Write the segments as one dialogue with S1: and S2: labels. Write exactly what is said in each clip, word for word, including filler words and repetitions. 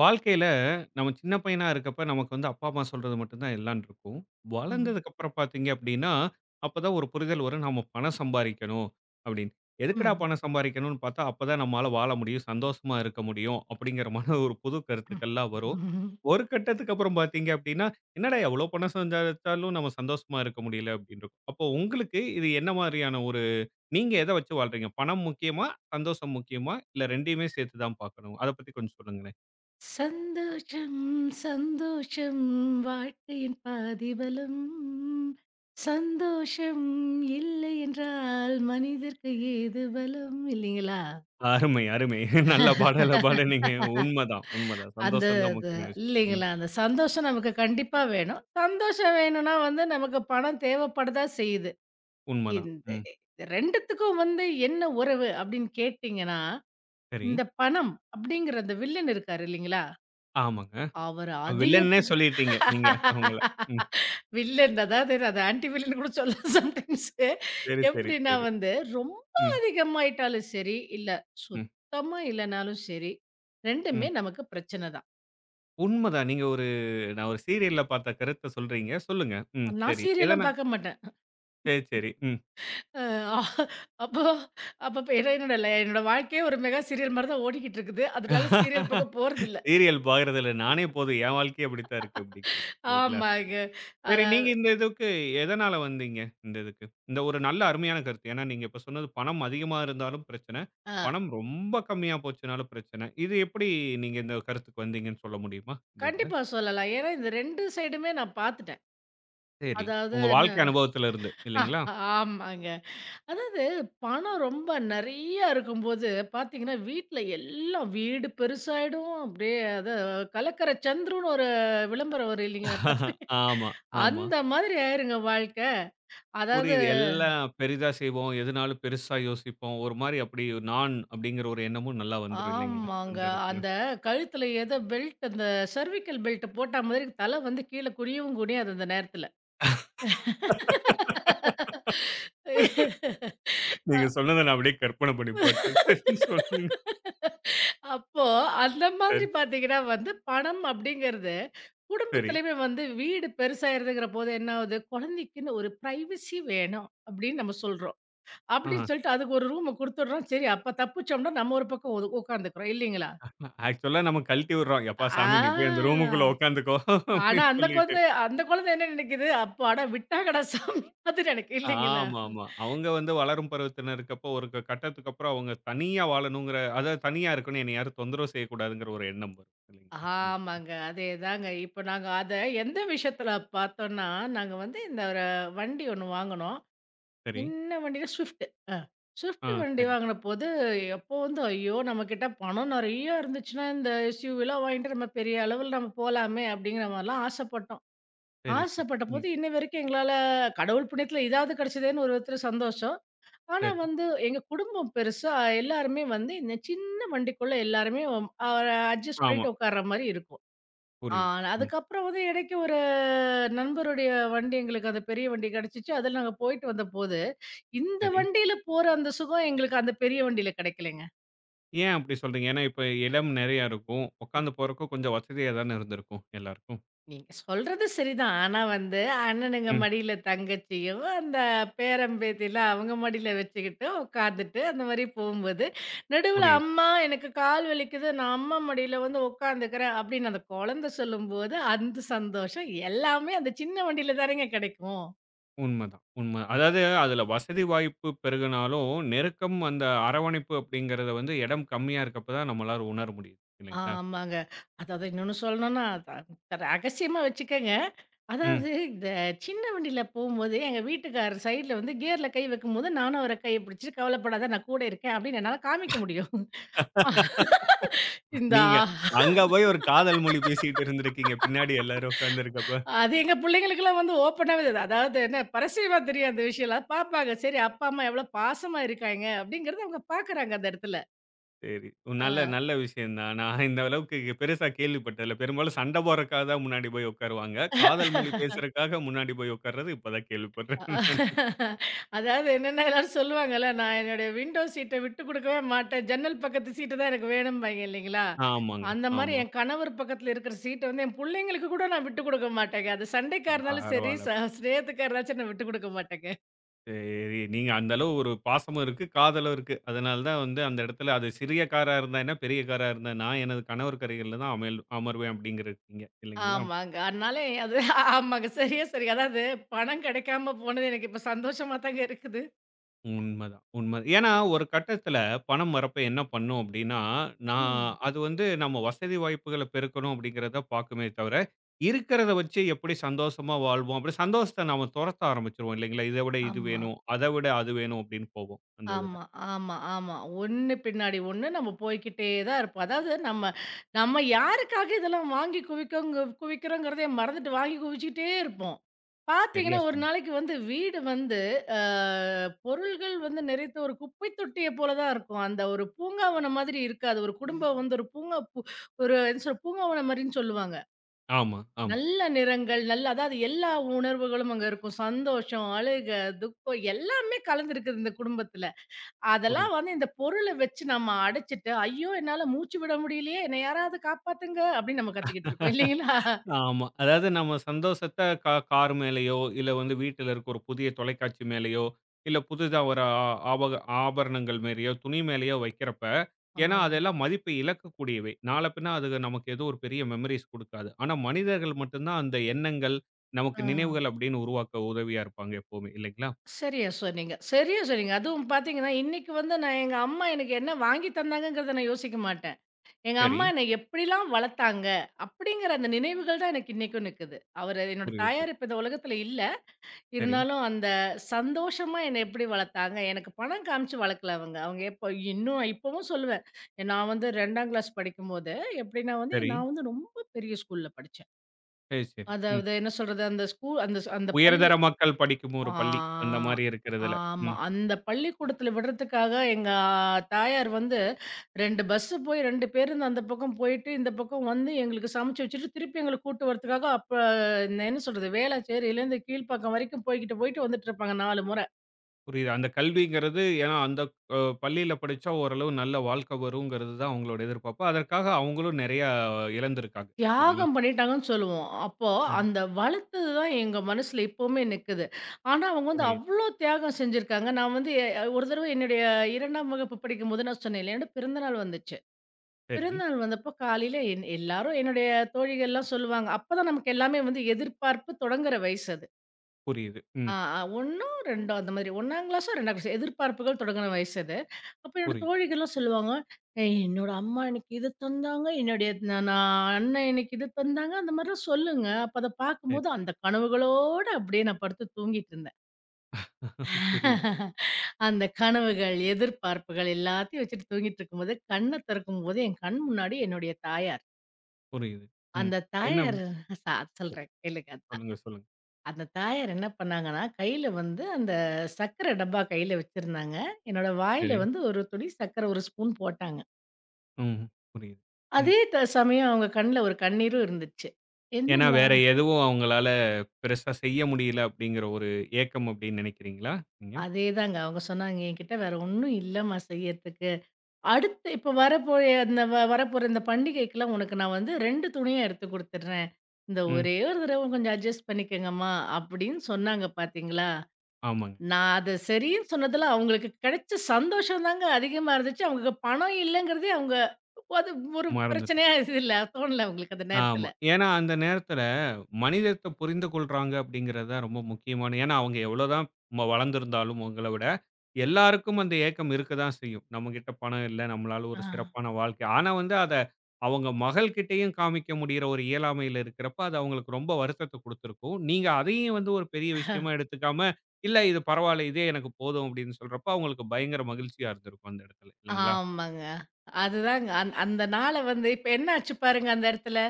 S1: வாழ்க்கையில நம்ம சின்ன பையனா இருக்கப்ப, நமக்கு வந்து அப்பா, அம்மா சொல்றது மட்டும் தான் எல்லாம் இருக்கும்.
S2: ம்.
S1: வளர்ந்ததுக்கு அப்புறம் பார்த்தீங்க அப்படின்னா, அப்பதான் ஒரு புரிதல் வரும். நாம பணம் சம்பாரிக்கணும் அப்படின்னு. எதுக்குடா
S2: ம்.
S1: பணம் சம்பாரிக்கணும்னு பார்த்தா, அப்பதான் நம்மால வாழ முடியும், சந்தோஷமா இருக்க முடியும் அப்படிங்கிற மாதிரி ஒரு புது
S2: ம்.
S1: கருத்துக்கள்லாம் வரும்.
S2: ம்.
S1: ஒரு கட்டத்துக்கு அப்புறம் பார்த்தீங்க அப்படின்னா, என்னடா எவ்வளோ பணம் சம்பாரிச்சாலும் நம்ம சந்தோஷமா இருக்க முடியல அப்படின்னு இருக்கும். அப்போ உங்களுக்கு இது என்ன மாதிரியான ஒரு நீங்க எத வச்சு வாழ்றீங்க? பணம் முக்கியமா? சந்தோஷம் முக்கியமா? இல்ல 2யுமே சேர்த்து தான் பார்க்கணுமா? அத பத்தி கொஞ்சம் சொல்லுங்களேன்.
S2: சந்தோஷம், சந்தோஷம் வாழ்க்கையின் பாதிபலம். சந்தோஷம் இல்லை என்றால் மனிதர்க்கு ஏது பலம் இல்லைங்களா?
S1: அருமை, அருமை. நல்ல பாடல பாடுனீங்க. உண்மதான், உண்மதான்.
S2: அந்த
S1: சந்தோஷம் தான்
S2: இது
S1: முக்கியமான விஷயம். ம்.
S2: இல்லைங்களா? அந்த சந்தோஷம் நமக்கு கண்டிப்பா வேணும். சந்தோஷம் வேணும்னா வந்து நமக்கு பணம் தேவைப்படதா செய்யுது.
S1: உண்மதான்.
S2: இந்த
S1: ம்.
S2: 2த்துக்கும் வந்து என்ன உறவு அப்படின்னு கேட்டீங்கன்னா,
S1: சரி.
S2: இந்த பணம் அப்படிங்கிற அந்த வில்லன் இருக்காரு இல்லைங்களா?
S1: ஆமாங்க.
S2: அவரு அதிக
S1: வில்லன்னே சொல்லிட்டீங்க நீங்க அவங்கள. ம்.
S2: வில்லன். அதாவது அது ஆன்டி வில்லன் கூட சொல்லலாம் சம்டைம்ஸ்.
S1: சரி, சரி,
S2: எப்படின்னா
S1: சரி.
S2: வந்து, ரொம்ப
S1: ம்,
S2: அதிகமாயிட்டாலும் சரி, இல்ல
S1: ம்,
S2: சுத்தமா இல்லனாலும் சரி, ரெண்டுமே
S1: ம்.
S2: நமக்கு பிரச்சனை தான்.
S1: உண்மதான். நீங்க ஒரு நான் ஒரு சீரியல்ல பார்த்த கருத்த சொல்றீங்க. சொல்லுங்க. ம்.
S2: நான்
S1: சரி.
S2: சீரியல்லாம்
S1: எதனா
S2: பார்க்க மாட்டேன்.
S1: சரி, சரி. ம்.
S2: அஹ் அ அப்போ அப்ப ஏன்னா என்னோட லை என்னோட வாழ்க்கையே ஒரு மெகா சீரியல் மாரி தான் ஓடிக்கிட்டு இருக்குது. அதனால சீரியல் பக்கம் போறதில்ல.
S1: சீரியல் பார்க்கறதில்ல. நானே போதும், என் வாழ்க்கையே அப்படித்தான் இருக்கு அப்படிங்கிறீங்க. இல்லைங்களா?
S2: ஆமாங்க.
S1: சரி, நீங்க
S2: அதாவது
S1: இந்த இதுக்கு எதனால வந்தீங்க? இந்த இதுக்கு. இந்த ஒரு நல்ல அருமையான கருத்து. ஏன்னா, நீங்க இப்ப சொன்னது பணம் அதிகமா இருந்தாலும் பிரச்சனை.
S2: ஆ
S1: பணம் ரொம்ப கம்மியா போச்சுனாலும் பிரச்சனை. இது எப்படி நீங்க இந்த கருத்துக்கு வந்தீங்கன்னு சொல்ல முடியுமா? இந்த இதுல.
S2: கண்டிப்பா சொல்லலாம். ஏன்னா இந்த ரெண்டு சைடுமே நான் பார்த்துட்டேன்.
S1: சரி.
S2: அதாவது
S1: உங்க வாழ்க்கை அனுபவத்துல இருந்து
S2: அ
S1: இல்லைங்களா?
S2: ஆமாங்க. அதாவது பணம் ரொம்ப நெறையா இருக்கும்போது பார்த்தீங்கன்னா, வீட்ல எல்லாம் வீடு பெருசாயிடும். அப்படியே அது கலக்கர சந்துருன்னு ஒரு விளம்பரம் வரும் இல்லைங்களா? பார்த்துருக்க
S1: ஆமா, ஆமா.
S2: அந்த மாதிரி ஆயிருங்க வாழ்க்கை. அதாவது
S1: புரியுது. எல்லாம் பெரிதா செய்வோம். எதுனாலும் பெருசா யோசிப்போம். ஒரு மாரி அப்படி நான் அப்படிங்கிற ஒரு எண்ணமும் நல்லா வந்துரும் இல்லைங்களா?
S2: ஆமாங்க.
S1: அந்த இடத்துல.
S2: அந்த கழுத்துல ஏதோ பெல்ட் அந்த சர்விக்கல் பெல்ட் போட்டா மாதிரி தலை வந்து கீழ குனியவும் குனியாது அந்த நேரத்துல.
S1: நீங்க சொன்னத நான் அப்படியே கற்பனை பண்ணி பாத்தேன். சொல்லுங்க.
S2: அப்போ அந்த
S1: சரி,
S2: மாதிரி பார்த்தீங்கன்னா வந்து, பணம் அப்படிங்கிறது
S1: சரி.
S2: குடும்பத்திலயுமே வந்து வீடு பெருசாயிருதுங்கிற போது என்ன ஆகுது, குழந்தைக்குன்னு ஒரு பிரைவசி வேணும் அப்படின்னு நம்ம சொல்றோம். அப்படின்னு
S1: ஆ.
S2: சொல்லிட்டு அதுக்கு ஒரு ரூம குடுத்துடுறோம். சரி அப்ப தப்பிச்சோம்னா நம்ம ஒரு பக்கம் ஒது உட்காந்துக்கிறோம் இல்லைங்களா?
S1: ஆக்சுவலா நம்ம கழட்டி விடுறோம். "எப்பா சாமி நீ போய் அந்த
S2: ஆ
S1: ரூமுக்குள்ள உட்காந்துக்கோ"
S2: ஆனா
S1: அப்படின்னு
S2: அந்த
S1: சொல்லிட்டு.
S2: குழந்தை அந்த குழந்தை என்ன நினைக்குது, அப்பாடா விட்டாங்கடா சாமி அது நினைக்கும் இல்லைங்களா?
S1: ஆமாமா. அவங்க வந்து வளரும் பருவத்தினருக்கப்போ ஒரு க கட்டத்துக்கு அப்புறம் அவங்க தனியா வாழணுங்கிற அதாவது தனியா இருக்கணும். என்னை யாரும் தொந்தரவு செய்யக்கூடாதுங்கிற ஒரு எண்ணம் வரும். இல்லைங்களா? ம்.
S2: ஆமாங்க. அதேதாங்க. இப்ப நாங்க அத எந்த விஷயத்துல பார்த்தோம்னா, நாங்க வந்து இந்த ஒரு வண்டி ஒண்ணு வாங்குனோம்.
S1: சரி.
S2: சின்ன வண்டினா ஸ்விஃப்ட். அ.
S1: ஆ
S2: ஸ்விஃப்ட் வண்டி
S1: சரி.
S2: வாங்குன போது, அப்போ வந்து ஐயோ! நம்மகிட்ட பணம் நெறையா இருந்துச்சுன்னா, இந்த எஸ்யூவிலாம் வாங்கிட்டு நம்ம பெரிய அளவுல நம்ம போலாமே அப்படிங்கிற மாரிலாம் ஆசைப்பட்டோம்.
S1: சரி, சரி.
S2: ஆசைப்பட்ட
S1: ம்.
S2: போது இன்ன வரைக்கும் எங்களால கடவுள் புண்ணியத்துல இதாவது கிடைச்சதேன்னு ஒரு விதத்துல சந்தோஷம். ஆனா
S1: சரி.
S2: வந்து எங்க குடும்பம் பெருசா எல்லாருமே வந்து இந்த சின்ன வண்டிக்குள்ள எல்லாருமே அ அட்ஜஸ்ட்
S1: ஆமா.
S2: பண்ணிட்டு உட்கார்ற மாரி இருக்கும். ஆ
S1: புரியுது. ம்.
S2: அதுக்கப்புறம் வந்து இடைக்கு ஒரு நண்பருடைய வண்டி எங்களுக்கு அந்த பெரிய வண்டி கிடைச்சுச்சு. அதுல நாங்க போயிட்டு வந்தபோது இந்த
S1: சரி.
S2: வண்டியில போற அந்த சுகம் எங்களுக்கு அந்த பெரிய வண்டியில கிடைக்கலங்க.
S1: ஏன் அப்படி சொல்றீங்க? ஏன்னா இப்ப இடம் நெறையா இருக்கும்.
S2: இ
S1: உட்காந்து போறதுக்கு கொஞ்சம் வசதியா தானே இருந்திருக்கும் எல்லாருக்கும்.
S2: நீங்க சொல்றது சரிதான். ஆனா வந்து அண்ணனுங்க
S1: ம்.
S2: மடியில தங்கச்சியும், அந்த பேரன் பேத்திலாம் அவங்க மடியில வச்சுக்கிட்டு உட்காந்துட்டு அந்த மாரி போம்போது, நடுவுல
S1: புரியுது.
S2: அம்மா எனக்கு கால் வலிக்குது, நான் அம்மா மடியில வந்து உட்காந்துக்கிறேன் அப்படின்னு அந்த குழந்தை சொல்லும்போது, அந்த சந்தோஷம் எல்லாமே அந்த சின்ன வண்டியில தானேங்க கிடைக்கும்.
S1: உண்மதான். உண்ம. அதாவது அதுல வசதி வாய்ப்பு பெருகுனாலும், நெருக்கம் அந்த அரவணைப்பு அப்படிங்கிறத வந்து இடம் கம்மியா இருக்கப்ப தான் நம்மளால உணர முடியுது. இல்லைங்களா?
S2: ஆமாங்க. அதாவது இன்னொன்னு சொல்லணும்னா, த த- ரகசியமா வச்சுக்கங்க.
S1: ம்.
S2: அதாவது இந்த சின்ன வண்டியில போம்போது, எங்க வீட்டுக்காரர் சைடுல வந்து கியர்ல கை வைக்கும்போது, நானும் அவர கைய பிடிச்சு "கவலைப்படாத நான் கூட இருக்கேன்" அப்படின்னு என்னால காமிக்க முடியும். இந்த
S1: நீங்க
S2: ஆ-
S1: அங்க போய் ஒரு காதல் மொழி பேசிட்டு இருந்திருக்கீங்க. பின்னாடி எல்லாரும் உட்கார்ந்திருக்கப்ப.
S2: அது எங்க புள்ளைங்களுக்கெல்லாம் வந்து ஓப்பனாவே தெரியுது. அதாவது என்ன பரஸ்யமா தெரியும் அந்த விஷயம்லாம். பார்ப்பாங்க. சரி அப்பா, அம்மா எவ்வளோ பாசமா இருக்காங்க அப்படிங்கிறத அவங்க பார்க்குறாங்க அந்த இடத்துல.
S1: சரி. உம், நல்ல
S2: ஆ.
S1: நல்ல விஷயம் தான். நான் இந்த அளவுக்கு இங்க பெருசா கேள்விப்பட்டதில்ல. பெரும்பாலும் சண்ட போடுறதுக்காக தான் முன்னாடி போய் உட்காருவாங்க. காதல் மொழி பேசுறதுக்காக முன்னாடி போய் உட்கார்றது இப்ப தான் கேள்விப்படுறேன். நான்.
S2: அதாவது என்னன்னா எல்லாரும் சொல்லுவாங்கல்ல, நான் என்னுடைய விண்டோ சீட்ட விட்டு குடுக்கவே மாட்டேன். ஜன்னல் பக்கத்து சீட்டு தான் எனக்கு வேணும்பாய்ங்க இல்லைங்களா?
S1: ஆமாங்க.
S2: அந்த மாரி
S1: ஆமா.
S2: என் கணவர் பக்கத்துல இருக்கிற சீட்ட வந்து என் புள்ளைங்களுக்கு கூட நான் விட்டு குடுக்க மாட்டேங்க. அது சண்டைக்கா இருந்தாலும் சரி,
S1: பரவால்ல.
S2: ச ஸ்நேகத்துக்கா இருந்தாலும் சரி, நான் விட்டு குடுக்க மாட்டேங்க.
S1: சரி. நீங்க அந்த அளவு ஒரு பாசமும் இருக்கு, காதலும் இருக்கு. அதனால தான் வந்து அந்த இடத்துல அது சிறிய காரா இருந்தா என்ன, பெரிய காரா இருந்தா நான் எனது கணவர் கரையில தான் அமேல் அமர்வேன் அப்படிங்கிறீங்க இல்லைங்களா?
S2: ஆமாங்க. அதனால அது ஆமாங்க. சரியா சரிங்க. அதாவது பணம் கிடைக்காம போனது எனக்கு இப்ப சந்தோஷமா தாங்க இருக்குது.
S1: உண்மதான், உண்ம. ஏன்னா ஒரு கட்டத்துல பணம் வரப்ப என்ன பண்ணும் அப்படின்னா, நான்
S2: ம்.
S1: அது வந்து நம்ம வசதி வாய்ப்புகள பெருக்கணும் அப்படிங்கிறத பாக்குமே தவிர, இருக்கிறத வச்சு எப்படி சந்தோஷமா வாழ்வோம், அப்படி சந்தோஷத்த நாம துரத்த ஆரம்பிச்சுருவோம் இல்லைங்களா? இத விட இது
S2: ஆமா.
S1: வேணும், அத விட அது வேணும் அப்படின்னு போவோம் அந்த இதுல.
S2: ஆமா, ஆமா, ஆமா. ஒண்ணு பின்னாடி ஒண்ணு நம்ம போய்க்கிட்டே தான் இருப்போம். அதாவது நம்ம நம்ம யாருக்காக இதெல்லாம் வாங்கி குவிக்கோங்க குவிக்கிறோங்கிறதே மறந்துட்டு வாங்கி குவிச்சுக்கிட்டே இருப்போம்.
S1: சரியா
S2: பார்த்தீங்கன்னா, ஒரு
S1: சொன்னீங்க.
S2: நாளைக்கு வந்து வீடு வந்து அ பொருள்கள் வந்து நிறைத்த ஒரு குப்பை தொட்டிய போல தான் இருக்கும். அந்த ஒரு பூங்காவனம் மாதிரி இருக்காது. ஒரு குடும்பம் வந்து ஒரு பூங்கா பூ ஒரு என்ன சொல் பூங்காவனம் மாரின்னு சொல்லுவாங்க.
S1: ஆமா, ஆமா.
S2: நல்ல நிறங்கள், நல்ல அதாவது எல்லா உணர்வுகளும் அங்க இருக்கும். சந்தோஷம், அழுக, துக்கம் எல்லாமே கலந்திருக்குது இந்த குடும்பத்துல. அதெல்லாம்
S1: புரியுது.
S2: வந்து இந்த பொருள வச்சு நம்ம அடைச்சுட்டு, ஐயோ! என்னால மூச்சு விட முடியலையே! என்ன யாராவது காப்பாத்துங்க! அப்படின்னு நம்ம கத்திக்கிட்டு இருக்கோம் இல்லைங்களா?
S1: ஆமா. அதாவது நம்ம சந்தோஷத்த கா கார் மேலயோ, இல்ல வந்து வீட்ல இருக்க ஒரு புதிய தொலைக்காட்சி மேலயோ, இல்ல புதிதா ஒரு ஆ ஆபக ஆபரணங்கள் மேலயோ, துணி மேலயோ வைக்கிறப்ப, ஏன்னா
S2: ஆமாங்க.
S1: அதெல்லாம் மதிப்பை இழக்கக்கூடியவை. நாள பின்ன அது நமக்கு ஏதோ ஒரு பெரிய மெமரீஸ் குடுக்காது. ஆனா மனிதர்கள் மட்டும் தான் அந்த எண்ணங்கள், நமக்கு
S2: ஆ.
S1: நினைவுகள் அப்படின்னு உருவாக்க உதவியா இருப்பாங்க எப்பவுமே இல்லைங்களா?
S2: சரியா சொன்னீங்க, சரியா சொன்னீங்க. அதுவும் பார்த்தீங்கன்னா, இன்னைக்கு வந்து நான் எங்க அம்மா எனக்கு என்ன வாங்கி தந்தாங்கங்கிறத நான் யோசிக்க மாட்டேன். எங்க
S1: சரி,
S2: அம்மா என்ன எப்படிலாம் வளர்த்தாங்க, அப்படிங்கிற அந்த நினைவுகள் தான் எனக்கு இன்னைக்கும் நிக்குது. அவரு என்னோட
S1: புரியுது.
S2: தாயார் இப்ப இந்த உலகத்துல இல்ல.
S1: சரி,
S2: இருந்தாலும் அந்த சந்தோஷமா என்ன எப்படி வளர்த்தாங்க, எனக்கு பணம் காமிச்சு வளர்க்கல அவங்க. அவங்க எப்ப இன்னும் இப்பவும் சொல்லுவேன். நான் வந்து ரெண்டாம் கிளாஸ் படிக்கும்போது, எப்படின்னா வந்து
S1: சரி,
S2: நான் வந்து ரொம்ப பெரிய ஸ்கூல்ல படிச்சேன்.
S1: சரி, சரி. ம்.
S2: அதாவது என்ன சொல்றது, அந்த ஸ்கூல் அந்த அந்த
S1: உயர்தர
S2: பள்ளி
S1: மக்கள் படிக்கும் ஒரு பள்ளி. அந்த
S2: ஆ.
S1: மாரி இருக்கிறதுல.
S2: ஆமா.
S1: ம்.
S2: அந்த பள்ளிக்கூடத்துல விடுறதுக்காக எங்க தாயார் வந்து ரெண்டு பஸ்ஸு போய் ரெண்டு பேருந்து அந்த பக்கம் போயிட்டு, இந்த பக்கம் வந்து எங்களுக்கு சமைச்சு வச்சுட்டு, திருப்பி எங்கள கூட்டு வரதுக்காக அப்ப இந்த என்ன சொல்றது? வேளச்சேரியிலேருந்து கீழ்ப்பாக்கம் வரைக்கும் போய்க்கிட்டு, போயிட்டு வந்துட்டுருப்பாங்க நாலு முறை.
S1: புரியுது. அந்த கல்விங்கிறது ஏன்னா அந்த அ பள்ளியில படிச்சா ஓரளவு நல்ல வாழ்க்கை வருங்கிறது தான் அவங்களோட எதிர்பார்ப்பு. அதற்காக அவங்களும் நெறையா இழந்திருக்காங்க. இல்லைங்களா?
S2: தியாகம் பண்ணிட்டாங்கன்னு சொல்லுவோம். அப்போ
S1: ம்.
S2: அந்த வளர்த்தது தான் எங்க மனசுல இப்பவுமே நிக்குது. ஆனா, அவங்க வந்து
S1: புரியுது.
S2: அவ்ளோ தியாகம் செஞ்சிருக்காங்க. நான் வந்து எ ஒரு தடவ என்னுடைய ரெண்டாம் வகுப்பு படிக்கும்போது நான் சொன்னேன் இல்லையா? என்னோட பிறந்தநாள் வந்துச்சு.
S1: சரி.
S2: பிறந்தநாள் வந்தப்போ காலையில என் எல்லாரும் என்னுடைய தோழிகள்லாம் சொல்லுவாங்க. அப்பதான் நமக்கு எல்லாமே வந்து எதிர்பார்ப்பு தொடங்குற வயசு அது.
S1: புரியுது. ம்.
S2: ஆ, ஆ ஒண்ணோ ரெண்டோ அந்த மாதிரி ஒண்ணாம் கிளாஸோ ரெண்டாம் கிளாஸோ எதிர்பார்ப்புகள் தொடங்குற வயசு அது. அப்ப என்னோட
S1: புரியுது.
S2: தோழிகள்லாம் சொல்லுவாங்க, "ஏய் என்னோட அம்மா எனக்கு இது தந்தாங்க, என்னுடைய நா நான் அண்ணன் எனக்கு இது தந்தாங்க." அந்த மாதிரிலாம் சொல்லுங்க. அப்ப அத
S1: சரி.
S2: பார்க்கும்போது அந்த கனவுகளோட அப்படியே நான் படுத்து தூங்கிட்டு இருந்தேன்.
S1: புரியுது,
S2: அந்த கனவுகள், எதிர்பார்ப்புகள் எல்லாத்தையும் வச்சுட்டு தூங்கிட்டு இருக்கும்போது, கண்ண திறக்கும்போது என் கண் முன்னாடி என்னுடைய தாயார்.
S1: புரியுது. ம்.
S2: அந்த
S1: என்ன
S2: தாயார் ச சொல்றேன் கேளுங்க அதான்.
S1: சொல்லுங்க, சொல்லுங்க.
S2: அந்த தாயார் என்ன பண்ணாங்கன்னா, கையில வந்து அந்த சர்க்கரை டப்பா கையில வச்சிருந்தாங்க. என்னோட வாயில
S1: சரி.
S2: வந்து ஒரு துளி சர்க்கரை ஒரு ஸ்பூன் போட்டாங்க.
S1: ம். புரியுது. ம்.
S2: அதே த சமயம் அவங்க கண்ல ஒரு கண்ணீரும் இருந்துச்சு.
S1: ஏன்னா
S2: என்னன்னா
S1: வேற எதுவும் அவங்களால பெருசா செய்ய முடியல அப்படிங்கிற ஒரு ஏக்கம் அப்படின்னு நினைக்கிறீங்களா நீங்க?
S2: அதேதாங்க. அவங்க சொன்னாங்க, "என்கிட்ட வேற ஒண்ணும் இல்லம்மா செய்யறதுக்கு. அடுத்து இப்ப வரப்போற அந்த வ வரப்போற இந்த பண்டிகைக்கெல்லாம் உனக்கு நான் வந்து ரெண்டு துணியா எடுத்து குடுத்துடுறேன். இந்த
S1: ம்.
S2: ஒரே ஒரு தடவ கொஞ்சம் அட்ஜஸ்ட் பண்ணிக்கங்கம்மா" அப்படின்னு சொன்னாங்க பாத்தீங்களா?
S1: ஆமாங்க.
S2: நான் அது சரின்னு சொன்னதில, அவங்களுக்கு கிடைச்ச சந்தோஷம் தாங்க அதிகமா இருந்துச்சு. அவங்களுக்கு பணம் இல்லங்கிறதே அவங்க அது ஒரு
S1: மறந்துட்டேன்.
S2: பிரச்சனையா இது இல்ல. தோணல அவங்களுக்கு அந்த நேரத்தில.
S1: ஆமா. ஏன்னா, அந்த நேரத்துல மனிதத்த புரிந்து கொள்றாங்க அப்படிங்கிறது தான் ரொம்ப முக்கியமான ஏன்னா, அவங்க எவ்வளோதான் ம வளர்ந்திருந்தாலும் உங்கள விட, எல்லாருக்கும் அந்த ஏக்கம் இருக்க தான் செய்யும். நம்மகிட்ட பணம் இல்ல, நம்மளால
S2: ஆ.
S1: ஒரு சிறப்பான வாழ்க்கை ஆனா வந்து அத அவங்க மகள்கிட்டயும் காமிக்க முடியிற ஒரு இயலாமையில இருக்கிறப்ப, அது அவங்களுக்கு ரொம்ப வருத்தத்த குடுத்திருக்கும். நீங்க அதையும் வந்து ஒரு பெரிய விஷயமா எடுத்துக்காம, "இல்ல இது பரவால்ல, இதே எனக்கு போதும்" அப்படின்னு சொல்றப்ப, அவங்களுக்கு பயங்கர மகிழ்ச்சியா இருந்திருக்கும் அந்த இடத்துல. இல்லைங்களா?
S2: ஆமாங்க. அதுதாங்க. அந் அந்த நாள வந்து இப்ப என்ன ஆச்சு பாருங்க அந்த இடத்துல.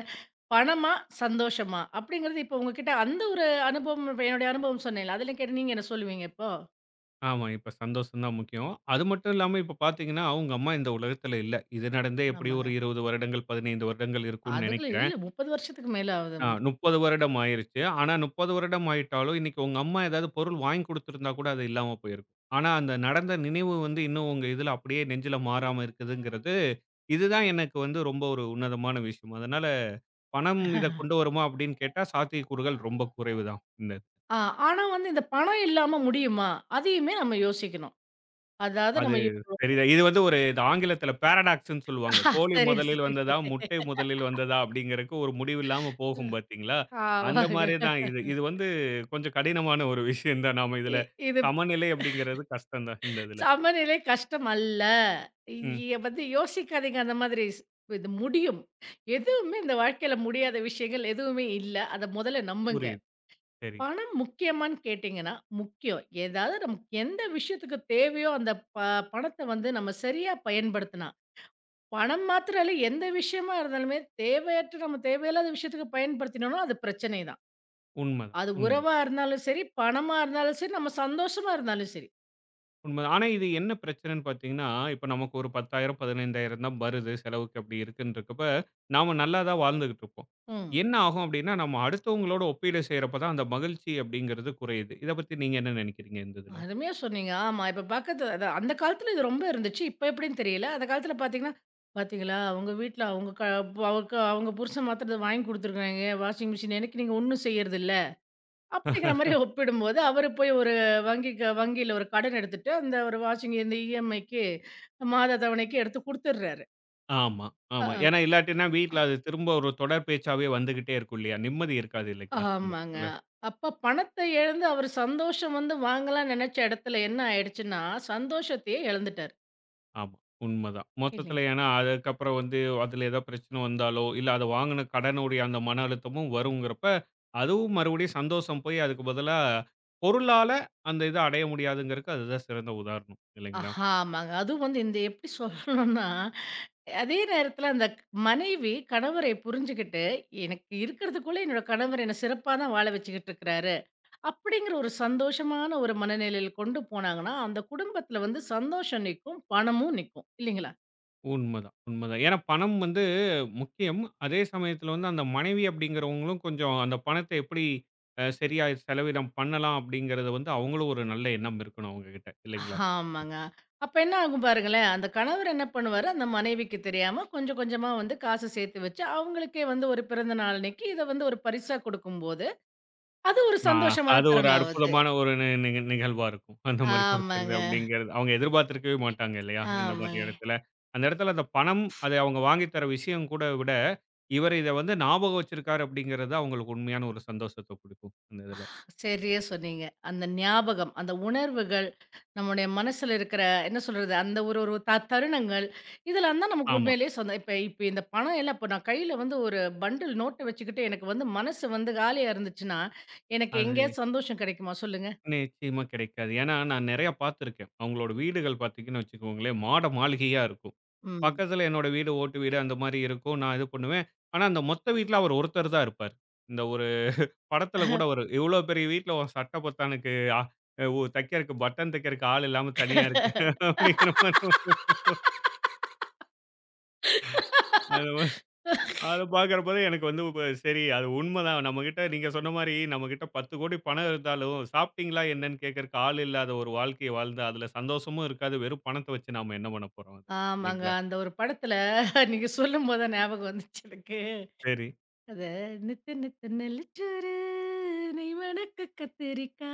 S2: பணமா? சந்தோஷமா? அப்படிங்கிறது இப்ப உங்ககிட்ட அந்த ஒரு அனுபவம் இப்ப என்னுடைய அனுபவம் சொன்னேன்ல. அதில கேட்டு நீங்க என்ன சொல்லுவீங்க இப்போ?
S1: ஆமா. இப்ப சந்தோஷம் தான் முக்கியம். அது மட்டும் இல்லாம இப்ப பார்த்தீங்கன்னா, அவுங்க அம்மா இந்த உலகத்துல இல்ல. இது நடந்தே எப்படியும்
S2: ஆமாங்க.
S1: ஒரு இருபது வருடங்கள், பதினைந்து வருடங்கள் இருக்கும்னு
S2: அதுக்குள்ள
S1: நெனைக்கிறேன்.
S2: இல்ல முப்பது வருஷத்துக்கு மேல ஆகுது.
S1: அ முப்பது வருடம் ஆயிருச்சு. ஆனா முப்பது வருடம் ஆயிட்டாலும், இன்னைக்கு உங்க அம்மா ஏதாவது பொருள் வாங்கி குடுத்திருந்தா கூட அது இல்லாம போயிருக்கும். ஆனா அந்த நடந்த நினைவு வந்து இன்னும் உங்க இதுல அப்படியே நெஞ்சில மாறாம இருக்குதுங்கிறது, இதுதான் எனக்கு வந்து ரொம்ப ஒரு உன்னதமான விஷயம். அதனால, பணம் இத கொண்டு வருமா அப்படின்னு கேட்டா, சாத்தியக்கூறுகள் ரொம்ப குறைவு தான். இந்த
S2: ஆ ஆனா வந்து இந்த பணம் இல்லாம முடியுமா? அதையுமே நம்ம யோசிக்கணும். அதாவது
S1: அது
S2: நம்ம
S1: தெரியுதா? இது வந்து ஒரு இது ஆங்கிலத்தில பாராடாக்ஸ்ன்னு சொல்லுவாங்க. கோழி
S2: சரி,
S1: முதலில்
S2: சரி.
S1: வந்ததா, முட்டை முதலில் வந்ததா அப்படிங்கிறதுக்கு ஒரு முடிவில்லாம போகும் பார்த்தீங்களா? அந்த மாரி
S2: ஆமாங்க.
S1: தான் இது. இது வந்து கொஞ்சம் கடினமான ஒரு விஷயம் தான். நாம
S2: இ
S1: இதில
S2: இது
S1: சமநிலை அப்படிங்கிறது கஷ்டம் தான் இந்த இதில.
S2: சமநிலை கஷ்டம் அல்ல. இது
S1: ம்.
S2: இத பத்தி யோசிக்காதீங்க அந்த மாதிரி. ஸ் இது முடியும். எதுவுமே இந்த வாழ்க்கையில முடியாத விஷயங்கள் எதுவுமே இல்ல. அத முதல்ல நம்புங்க.
S1: புரியுது. சரி.
S2: பணம் முக்கியமான்னு கேட்டீங்கன்னா, முக்கியம். ஏதாவது நமக்கு எந்த விஷயத்துக்கு தேவையோ அந்த ப பணத்த வந்து நம்ம சரியா பயன்படுத்தினா, பணம் மாத்திரம் இல்ல, எந்த விஷயமா இருந்தாலுமே தேவையற்ற நம்ம தேவையில்லாத விஷயத்துக்கு பயன்படுத்தினோம்னா அது பிரச்சனை தான்.
S1: உண்மதான்.
S2: அது
S1: உண்ம.
S2: உறவா இருந்தாலும் சரி, பணமா இருந்தாலும் சரி, நம்ம சந்தோஷமா இருந்தாலும் சரி.
S1: உண்ம. ஆனா, இது என்ன பிரச்சனைன்னு பார்த்தீங்கன்னா, இப்ப நமக்கு ஒரு பத்தாயிரம், பதினைந்தாயிரம் தான் வருது செலவுக்கு அப்படி இருக்குன்றக்கப்ப, நாம நல்லா தான் வாழ்ந்துகிட்டு இருப்போம்.
S2: ம்.
S1: என்ன ஆகும் அப்படின்னா, நம்ம அடுத்தவங்களோட ஒப்பீடு செய்றப்ப தான் அந்த மகிழ்ச்சி அப்படிங்கிறது குறையுது. இத பத்தி நீங்க என்ன நினைக்கிறீங்க இந்த இதுல?
S2: அருமையா சொன்னீங்க. ஆமா. இப்ப பக்கத்து அதான் அந்த காலத்துல இது ரொம்ப இருந்துச்சு. இப்ப எப்படின்னு தெரியல. அந்த காலத்துல பார்த்தீங்கன்னா, "பார்த்தீங்களா அவங்க வீட்ல அவங்க க அவக்கு அவங்க புருஷன் மாத்திரம் இத வாங்கி குடுத்துருக்காங்க. Washing machine. எனக்கு நீங்க ஒண்ணும் செய்யறதில்ல." அப்படிங்கிற மாரி ஒப்பிடும்போது, அவரு போய் ஒரு வங்கிக்கு வங்கியில ஒரு கடன் எடுத்துட்டு, அந்த ஒரு வாஷிங் இந்த இஎம்ஐக்கு மாத தவணைக்கு எடுத்து குடுத்துடுறாரு.
S1: ஆமா, ஆமா.
S2: அ
S1: ஏன்னா இல்லாட்டின்னா வீட்ல அது திரும்ப ஒரு தொடர் பேச்சாவே வந்துகிட்டே இருக்கும் இல்லையா? நிம்மதி இருக்காது இல்லைங்களா? அந்த
S2: ஆமாங்க.
S1: இடத்துல.
S2: அப்ப பணத்த இழந்து அவர் சந்தோஷம் வந்து வாங்கலாம்னு நெனச்ச இடத்துல என்ன ஆயிடுச்சுன்னா, சந்தோஷத்தையே இழந்துட்டாரு.
S1: ஆமா. உண்மதான். மொத்தத்துல
S2: இல்லைங்க.
S1: ஏன்னா, அதுக்கப்புறம் வந்து அதுல ஏதாவது பிரச்சனை வந்தாலோ, இல்ல அத வாங்குன கடனுடைய அந்த மன அழுத்தமும் வருங்கிறப்ப, அதுவும் மறுபடியும் சந்தோஷம் போய் அதுக்கு பதிலா பொருளால அந்த இத அடைய முடியாதுங்கிறதுக்கு அதுதான் சிறந்த உதாரணம். இல்லைங்களா?
S2: ஆமாங்க. அதுவும் வந்து இந்த எப்படி சொல்லணும்னா, அதே நேரத்துல அந்த மனைவி கணவரை புரிஞ்சுகிட்டு, எனக்கு இருக்கிறதுக்குள்ள என்னோட கணவர் என்ன சிறப்பா தான் வாழ வச்சுக்கிட்டு இருக்கிறாரு. அப்படிங்கிற ஒரு சந்தோஷமான ஒரு மனநிலையில கொண்டு போனாங்கன்னா, அந்த குடும்பத்துல வந்து சந்தோஷம் நிக்கும், பணமும் நிக்கும். இல்லைங்களா?
S1: உண்மதான், உண்மதான். ஏன்னா பணம் வந்து முக்கியம். அதே சமயத்துல வந்து அந்த மனைவி அப்படிங்கிறவங்களும் கொஞ்சம் அந்த பணத்த எப்படி அ சரியா செலவினம் பண்ணலாம் அப்படிங்கிறத வந்து அவங்களும் ஒரு நல்ல எண்ணம் இருக்கணும் அவங்க கிட்ட. இல்லைங்களா?
S2: ஆமாங்க. அப்ப என்ன ஆகும் பாருங்களேன், அந்த கணவர் என்ன பண்ணுவாரு, அந்த மனைவிக்கு தெரியாம கொஞ்சம் கொஞ்சமா வந்து காசு சேர்த்து வச்சு, அவங்களுக்கே வந்து ஒரு பிறந்த நாள் அன்னைக்கு இத வந்து ஒரு பரிசா கொடுக்கும்போது, அது ஒரு
S1: ஆ,
S2: சந்தோஷமான
S1: அது ஒரு
S2: தருணம் ஆவுது.
S1: அற்புதமான ஒரு நி நிக நிகழ்வா இருக்கும். அந்த மாரி குடுக்கறது
S2: ஆமாங்க,
S1: அப்படிங்கிறது. அவங்க எதிர்பார்த்திருக்கவே மாட்டாங்க இல்லையா? இந்த மாரி
S2: ஆமாங்க.
S1: இடத்துல. அந்த இடத்துல அந்த பணம், அதை அவங்க வாங்கி தர விஷயம் கூட விட, இவர் இத வந்து ஞாபகம் வச்சிருக்காரு அப்படிங்கிறது தான் அவங்களுக்கு உண்மையான ஒரு சந்தோஷத்த குடுக்கும். அந்த இதுல.
S2: சரியா சொன்னீங்க. அந்த ஞாபகம், அந்த உணர்வுகள், நம்முடைய மனசுல இருக்கிற என்ன சொல்றது, அந்த ஒரு ஒரு த தருணங்கள், இதெல்லாம் தான் நமக்கு
S1: ஆமா.
S2: உண்மையிலேயே சொந்த இப்ப இப்ப இந்த பணம் எல்லாம் இப்ப நான் கையில வந்து ஒரு பண்டில் நோட்ட வச்சுக்கிட்டு, எனக்கு வந்து மனசு வந்து காலியா இருந்துச்சுன்னா, எனக்கு
S1: அது
S2: எங்கேயாவது சந்தோஷம் கிடைக்குமா சொல்லுங்க?
S1: நிச்சயமா கிடைக்காது. ஏன்னா நான் நெறைய பார்த்திருக்கேன். அவங்களோட வீடுகள் பார்த்தீங்கன்னு வச்சுக்கோங்களேன், மாட மாளிகையா இருக்கும்.
S2: ம்.
S1: பக்கத்துல என்னோட வீடு, ஓட்டு வீடு அந்த மாரி இருக்கும். நான் இது பண்ணுவேன். ஆனா அந்த மொத்த வீட்ல அவர் ஒருத்தர் தான் இருப்பார். இந்த ஒரு படத்துல கூட வரும். இவ்ளோ பெரிய வீட்ல உன் சட்ட பொத்தானுக்கு அ உ தைக்கிறக்கு பட்டன் தைக்கிறக்கு ஆள் இல்லாம தனியா இருக்கு அப்படிங்கிற மாரி அது வ அத பார்க்கிறப்போ தான் எனக்கு வந்து இப்ப சரி அது உண்மதான். நம்மகிட்ட நீங்க சொன்ன மாரி நம்மகிட்ட பத்து கோடி பணம் இருந்தாலும், சாப்பிட்டீங்களா என்னன்னு கேட்கறக்கு ஆள் இல்லாத ஒரு வாழ்க்கைய வாழ்ந்து அதுல சந்தோஷமும் இருக்காது. வெறும் பணத்த வச்சு நாம என்ன பண்ண போறோம் அதுல
S2: ஆமாங்க.
S1: இல்லைங்களா?
S2: அந்த ஒரு படத்துல நீங்க சொல்லும்போது தான் ஞாபகம் வந்துச்சு எனக்கு.
S1: சரி.
S2: அத நித்து நித்து நெல்லிச்சோறு நெய் மணக்க கத்திரிக்கா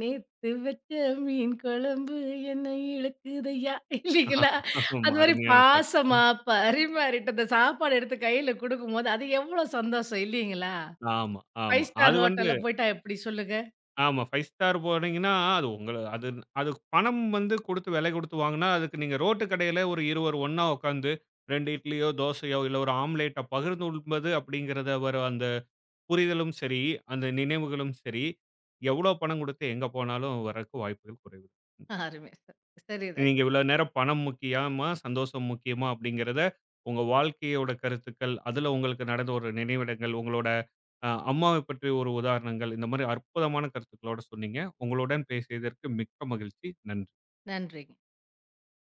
S2: நேத்து வச்ச மீன் குழம்பு என்ன இழுக்குதையா இல்லைங்களா
S1: ஆமா
S2: அது மாதிரி
S1: அருமையான பாட்டு.
S2: பாசமா
S1: ம்.
S2: பரிமாறிட்டு அந்த சாப்பாடு எடுத்து கையில கொடுக்கும்போது அது எவ்வளவு சந்தோஷம் இல்லைங்களா
S1: ஆமா, ஆமா.
S2: ஃபைவ் ஸ்டார்
S1: அது வந்து
S2: ஹோட்டல்ல போயிட்டா எப்படி சொல்லுங்க
S1: ஆமா. ஃபைவ் ஸ்டார் போனீங்கன்னா, அது உங்கள அது அது பணம் வந்து குடுத்து விலை குடுத்து வாங்குனா, அதுக்கு நீங்க ரோட்டு கடையில ஒரு இருவர் ஒண்ணா உட்காந்து ரெண்டு இட்லியோ, தோசையோ இல்ல ஒரு ஆம்லேட்ட பகிர்ந்து உண்பது அப்படிங்கிறத வர அந்த புரிதலும் சரி, அந்த நினைவுகளும் சரி, எவ்வளோ பணம் குடுத்து எங்க போனாலும் வரக்கு வாய்ப்புகள் குறைவு.
S2: அருமை சரி சரிதாங்க
S1: நீங்க இவ்வளோ நேரம் பணம் முக்கியமா, சந்தோஷம் முக்கியமா அப்படிங்கிறத, உங்க வாழ்க்கையோட கருத்துக்கள், அதுல உங்களுக்கு நடந்த ஒரு நினைவிடங்கள், உங்களோட அ அம்மாவைப் பற்றி ஒரு உதாரணங்கள், இந்த மாரி அற்புதமான கருத்துக்களோட சொன்னீங்க. உங்களுடன் பேசியதற்கு மிக்க மகிழ்ச்சி. நன்றி.
S2: நன்றிங்க